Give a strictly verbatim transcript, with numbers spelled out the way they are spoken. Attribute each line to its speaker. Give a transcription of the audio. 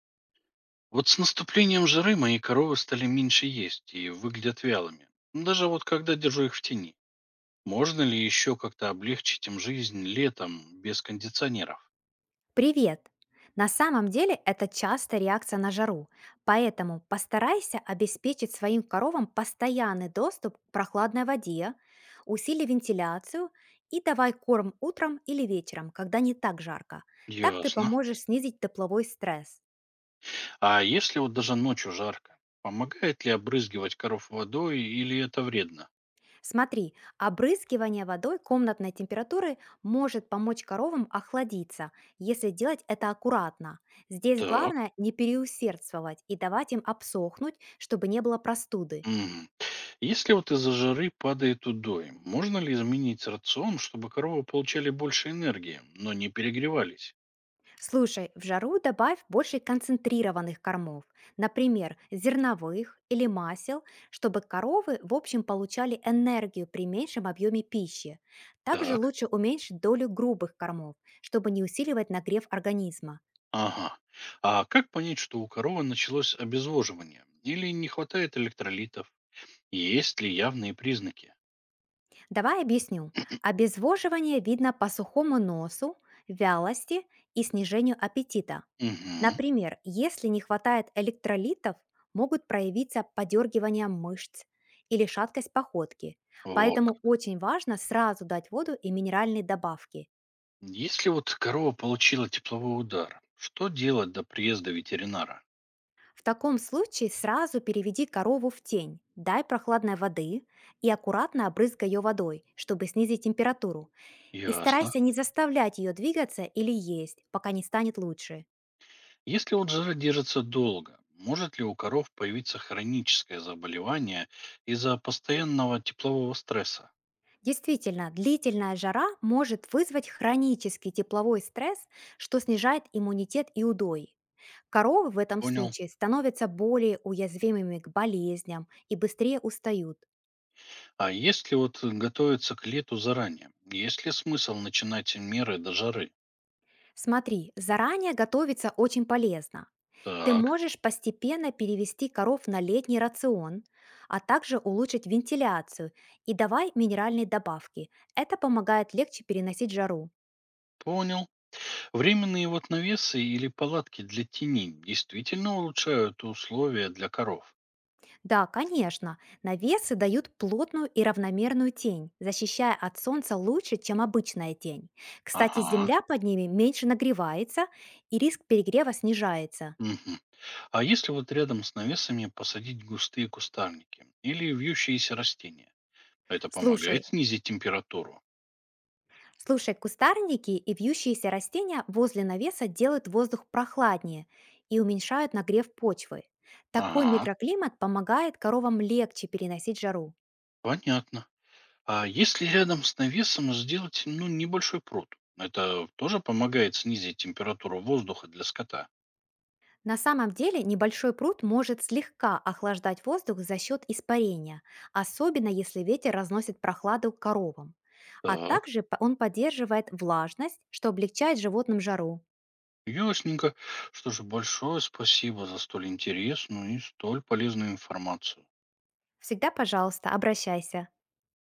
Speaker 1: Вот с наступлением жары мои коровы стали меньше есть и выглядят вялыми. Ну, даже вот когда держу их в тени. Можно ли еще как-то облегчить им жизнь летом без кондиционеров?
Speaker 2: Привет! На самом деле это частая реакция на жару, поэтому постарайся обеспечить своим коровам постоянный доступ к прохладной воде, усили вентиляцию и давай корм утром или вечером, когда не так жарко. Так ты
Speaker 1: Ясно.
Speaker 2: поможешь снизить тепловой стресс.
Speaker 1: А если вот даже ночью жарко, помогает ли обрызгивать коров водой или это вредно?
Speaker 2: Смотри, обрызгивание водой комнатной температуры может помочь коровам охладиться, если делать это аккуратно. Здесь
Speaker 1: Так.
Speaker 2: главное не переусердствовать и давать им обсохнуть, чтобы не было простуды.
Speaker 1: Мгм. Если вот из-за жары падает удой, можно ли изменить рацион, чтобы коровы получали больше энергии, но не перегревались?
Speaker 2: Слушай, в жару добавь больше концентрированных кормов, например, зерновых или масел, чтобы коровы в общем получали энергию при меньшем объеме пищи. Также
Speaker 1: Так.
Speaker 2: лучше уменьшить долю грубых кормов, чтобы не усиливать нагрев организма.
Speaker 1: Ага. А как понять, что у коровы началось обезвоживание? Или не хватает электролитов? Есть ли явные признаки?
Speaker 2: Давай объясню. Обезвоживание видно по сухому носу, вялости и снижению аппетита.
Speaker 1: Угу.
Speaker 2: Например, если не хватает электролитов, могут проявиться подергивание мышц или шаткость походки.
Speaker 1: Вот. Как.
Speaker 2: Поэтому очень важно сразу дать воду и минеральные добавки.
Speaker 1: Если вот корова получила тепловой удар, что делать до приезда ветеринара?
Speaker 2: В таком случае сразу переведи корову в тень, дай прохладной воды и аккуратно обрызгай ее водой, чтобы снизить температуру. И
Speaker 1: Ясно.
Speaker 2: старайся не заставлять ее двигаться или есть, пока не станет лучше.
Speaker 1: Если вот жара держится долго, может ли у коров появиться хроническое заболевание из-за постоянного теплового стресса?
Speaker 2: Действительно, длительная жара может вызвать хронический тепловой стресс, что снижает иммунитет и удой. Коровы в этом
Speaker 1: Понял.
Speaker 2: случае становятся более уязвимыми к болезням и быстрее устают.
Speaker 1: А если вот готовиться к лету заранее, есть ли смысл начинать меры до жары?
Speaker 2: Смотри, заранее готовиться очень полезно. Ты
Speaker 1: Так.
Speaker 2: можешь постепенно перевести коров на летний рацион, а также улучшить вентиляцию и давай минеральные добавки. Это помогает легче переносить жару.
Speaker 1: Понял. Временные вот навесы или палатки для теней действительно улучшают условия для коров.
Speaker 2: Да, конечно, навесы дают плотную и равномерную тень, защищая от солнца лучше, чем обычная тень. Кстати,
Speaker 1: Ага.
Speaker 2: земля под ними меньше нагревается, и риск перегрева снижается.
Speaker 1: Мгм. А если вот рядом с навесами посадить густые кустарники или вьющиеся растения? Это помогает
Speaker 2: Слушай,
Speaker 1: снизить температуру.
Speaker 2: слушай, кустарники и вьющиеся растения возле навеса делают воздух прохладнее и уменьшают нагрев почвы. Такой
Speaker 1: Ага,
Speaker 2: микроклимат помогает коровам легче переносить жару.
Speaker 1: понятно. А если рядом с навесом сделать ну, небольшой пруд? Это тоже помогает снизить температуру воздуха для скота.
Speaker 2: На самом деле небольшой пруд может слегка охлаждать воздух за счет испарения, особенно если ветер разносит прохладу к коровам. А
Speaker 1: Так.
Speaker 2: также по- он поддерживает влажность, что облегчает животным жару.
Speaker 1: Ясненько. Что же, большое спасибо за столь интересную и столь полезную информацию.
Speaker 2: Всегда, пожалуйста, обращайся.